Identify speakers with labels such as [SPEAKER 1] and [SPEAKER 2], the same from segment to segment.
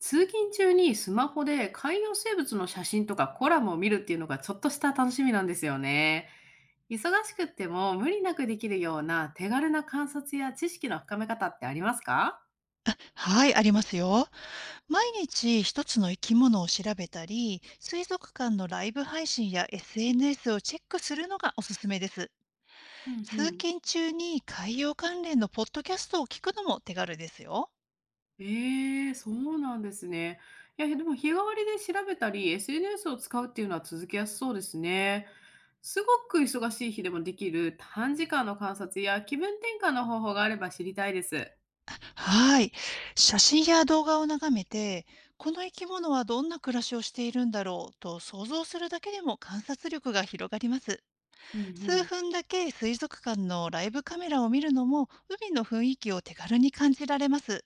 [SPEAKER 1] 通勤中にスマホで海洋生物の写真とかコラムを見るっていうのがちょっとした楽しみなんですよね。忙しくっても無理なくできるような手軽な観察や知識の深め方ってありますか？
[SPEAKER 2] はい、ありますよ。毎日一つの生き物を調べたり、水族館のライブ配信や SNS をチェックするのがおすすめです。
[SPEAKER 1] うんう
[SPEAKER 2] 通
[SPEAKER 1] ん。
[SPEAKER 2] 勤中に海洋関連のポッドキャストを聞くのも手軽ですよ。
[SPEAKER 1] ええ、そうなんですね。いや、でも日替わりで調べたり、SNS を使うっていうのは続けやすそうですね。すごく忙しい日でもできる短時間の観察や気分転換の方法があれば知りたいです。
[SPEAKER 2] はい。写真や動画を眺めて、この生き物はどんな暮らしをしているんだろうと想像するだけでも観察力が広がります。
[SPEAKER 1] うんう
[SPEAKER 2] 数
[SPEAKER 1] ん。
[SPEAKER 2] 分だけ水族館のライブカメラを見るのも海の雰囲気を手軽に感じられます。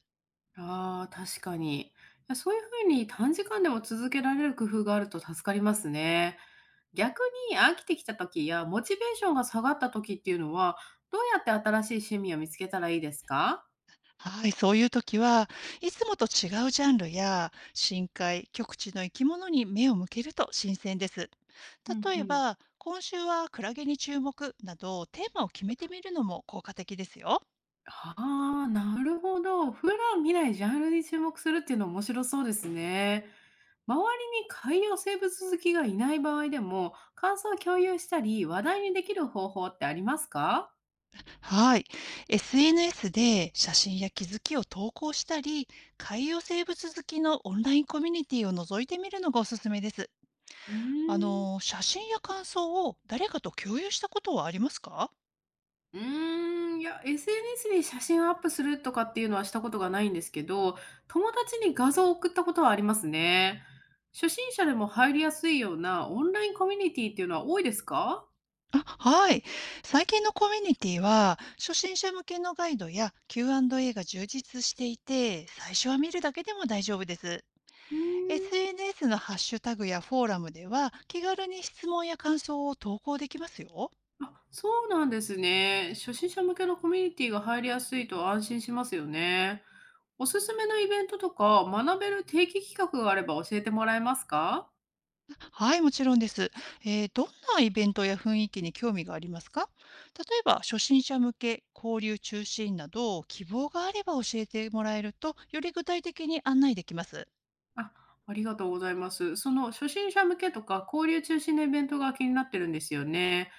[SPEAKER 1] ああ、確かに。いや、そういう風に短時間でも続けられる工夫があると助かりますね。逆に飽きてきた時やモチベーションが下がった時っていうのは、どうやって新しい趣味を見つけたらいいですか？
[SPEAKER 2] はい、そういう時はいつもと違うジャンルや深海、極地の生き物に目を向けると新鮮です。
[SPEAKER 1] うん
[SPEAKER 2] 例
[SPEAKER 1] う
[SPEAKER 2] え
[SPEAKER 1] ん。
[SPEAKER 2] ば、今週はクラゲに注目などテーマを決めてみるのも効果的ですよ。
[SPEAKER 1] ああ、なるほど。普段見ないジャンルに注目するっていうの面白そうですね。周りに海洋生物好きがいない場合でも、感想を共有したり、話題にできる方法ってありますか？
[SPEAKER 2] はい。SNS で写真や気づきを投稿したり、海洋生物好きのオンラインコミュニティを覗いてみるのがおすすめです。
[SPEAKER 1] うー
[SPEAKER 2] あ
[SPEAKER 1] ん。
[SPEAKER 2] の、写真や感想を誰かと共有したことはありますか？
[SPEAKER 1] うーん、いや、SNS に写真をアップするとかっていうのはしたことがないんですけど、友達に画像を送ったことはありますね。初心者でも入りやすいようなオンラインコミュニティっていうのは多いですか？
[SPEAKER 2] あ、はい。最近のコミュニティは、初心者向けのガイドや Q&A が充実していて、最初は見るだけでも大丈夫です。
[SPEAKER 1] うーん。
[SPEAKER 2] SNS のハッシュタグやフォーラムでは、気軽に質問や感想を投稿できますよ。
[SPEAKER 1] あ、そうなんですね。初心者向けのコミュニティが入りやすいと安心しますよね。おすすめのイベントとか学べる定期企画があれば教えてもらえますか？
[SPEAKER 2] はい、もちろんです。どんなイベントや雰囲気に興味がありますか？例えば、初心者向け、交流中心など、希望があれば教えてもらえると、より具体的に案内できます。
[SPEAKER 1] あ、ありがとうございます。その初心者向けとか交流中心のイベントが気になってるんですよね。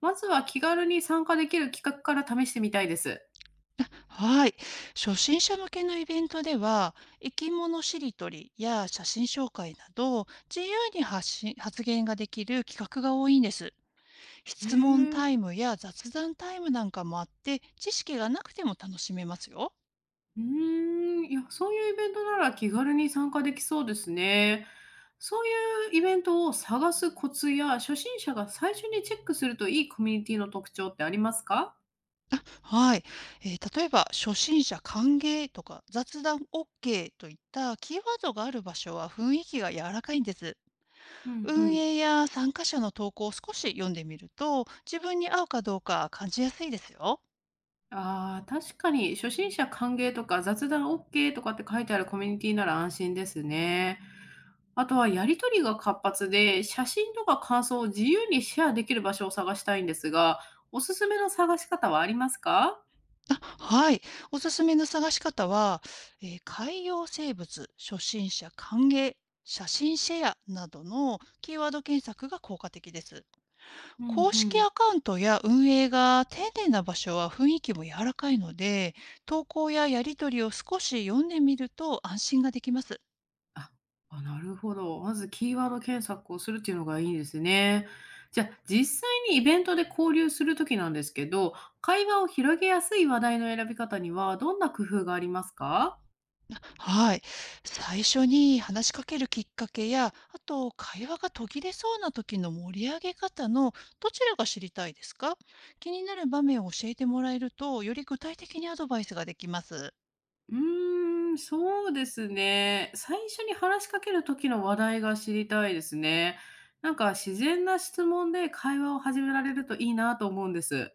[SPEAKER 1] まずは気軽に参加できる企画から試してみたいです。
[SPEAKER 2] はい。初心者向けのイベントでは、生き物しりとりや写真紹介など、自由に発信、発言ができる企画が多いんです。
[SPEAKER 1] へ
[SPEAKER 2] 質問タ
[SPEAKER 1] え。
[SPEAKER 2] イムや雑談タイムなんかもあって、知識がなくても楽しめますよ。
[SPEAKER 1] うーん。いや、そういうイベントなら気軽に参加できそうですね。そういうイベントを探すコツや初心者が最初にチェックするといいコミュニティの特徴ってありますか？
[SPEAKER 2] はい。例えば、初心者歓迎とか、雑談 OK といったキーワードがある場所は雰囲気が柔らかいんです。
[SPEAKER 1] うんう
[SPEAKER 2] 運
[SPEAKER 1] ん。
[SPEAKER 2] 営や参加者の投稿を少し読んでみると、自分に合うかどうか感じやすいですよ。
[SPEAKER 1] ああ、確かに初心者歓迎とか雑談 OK とかって書いてあるコミュニティなら安心ですね。あとはやり取りが活発で、写真とか感想を自由にシェアできる場所を探したいんですが、おすすめの探し方はありますか？
[SPEAKER 2] あ、はい。おすすめの探し方は、海洋生物、初心者歓迎、写真シェアなどのキーワード検索が効果的です。
[SPEAKER 1] うん
[SPEAKER 2] 公
[SPEAKER 1] う
[SPEAKER 2] 式
[SPEAKER 1] ん。
[SPEAKER 2] アカウントや運営が丁寧な場所は雰囲気も柔らかいので、投稿ややり取りを少し読んでみると安心ができます。
[SPEAKER 1] あ、あ、なるほど。まずキーワード検索をするっていうのがいいですね。じゃあ、実際にイベントで交流するときなんですけど、会話を広げやすい話題の選び方にはどんな工夫がありますか？
[SPEAKER 2] はい。最初に話しかけるきっかけや、あと会話が途切れそうな時の盛り上げ方のどちらが知りたいですか？気になる場面を教えてもらえると、より具体的にアドバイスができます。
[SPEAKER 1] うーん、そうですね。最初に話しかける時の話題が知りたいですね。なんか自然な質問で会話を始められるといいなと思うんです。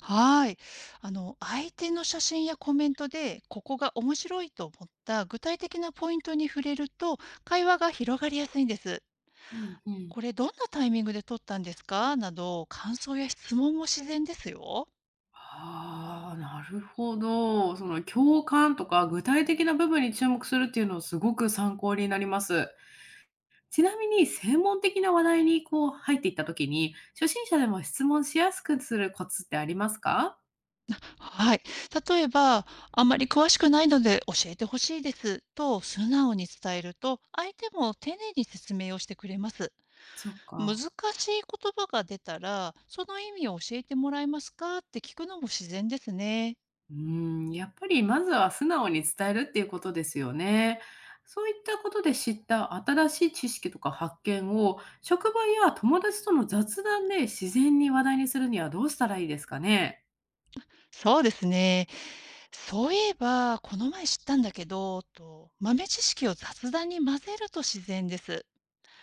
[SPEAKER 2] はい。あの、相手の写真やコメントで、ここが面白いと思った具体的なポイントに触れると、会話が広がりやすいんです。
[SPEAKER 1] うんうん。
[SPEAKER 2] これどんなタイミングで撮ったんですかなど、感想や質問も自然ですよ。
[SPEAKER 1] ああ、なるほど。その共感とか具体的な部分に注目するっていうのすごく参考になります。ちなみに専門的な話題にこう入っていった時に、初心者でも質問しやすくするコツってありますか？
[SPEAKER 2] はい。例えば、あまり詳しくないので教えてほしいですと素直に伝えると、相手も丁寧に説明をしてくれます。
[SPEAKER 1] そう
[SPEAKER 2] 難し
[SPEAKER 1] か。
[SPEAKER 2] い言葉が出たら、その意味を教えてもらえますかって聞くのも自然ですね。
[SPEAKER 1] うーん、やっぱりまずは素直に伝えるっていうことですよね。そういったことで知った新しい知識とか発見を、職場や友達との雑談で自然に話題にするにはどうしたらいいですかね？
[SPEAKER 2] そうですね。そういえば、この前知ったんだけど、と豆知識を雑談に混ぜると自然です。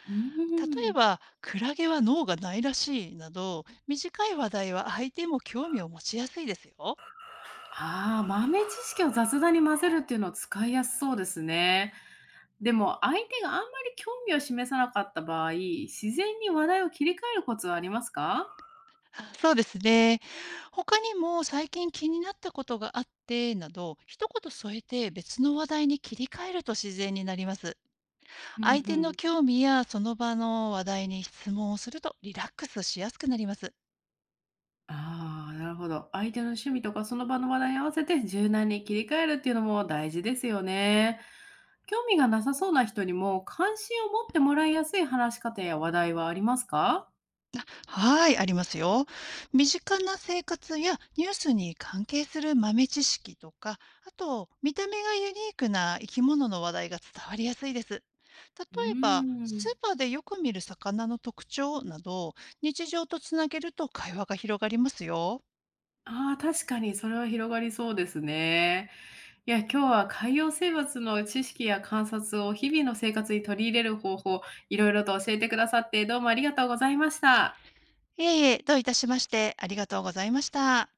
[SPEAKER 1] うー
[SPEAKER 2] 例え
[SPEAKER 1] ん。
[SPEAKER 2] ば、クラゲは脳がないらしいなど、短い話題は相手も興味を持ちやすいですよ。
[SPEAKER 1] ああ、豆知識を雑談に混ぜるっていうのは使いやすそうですね。でも相手があんまり興味を示さなかった場合、自然に話題を切り替えるコツはありますか？
[SPEAKER 2] そうですね。他にも最近気になったことがあってなど、一言添えて別の話題に切り替えると自然になります。
[SPEAKER 1] うんう
[SPEAKER 2] 相手の
[SPEAKER 1] ん。
[SPEAKER 2] 興味やその場の話題に質問をするとリラックスしやすくなります。
[SPEAKER 1] ああ、なるほど。相手の趣味とかその場の話題に合わせて柔軟に切り替えるっていうのも大事ですよね。興味がなさそうな人にも関心を持ってもらいやすい話し方や話題はありますか？
[SPEAKER 2] はい、ありますよ。身近な生活やニュースに関係する豆知識とか、あと見た目がユニークな生き物の話題が伝わりやすいです。例
[SPEAKER 1] う
[SPEAKER 2] えば、
[SPEAKER 1] ー
[SPEAKER 2] ス
[SPEAKER 1] ん。
[SPEAKER 2] ーパーでよく見る魚の特徴など、日常とつなげると会話が広がりますよ。
[SPEAKER 1] ああ、確かにそれは広がりそうですね。いや、今日は海洋生物の知識や観察を日々の生活に取り入れる方法、いろいろと教えてくださってどうもありがとうございました。
[SPEAKER 2] いえいえ、どういたしまして、ありがとうございました。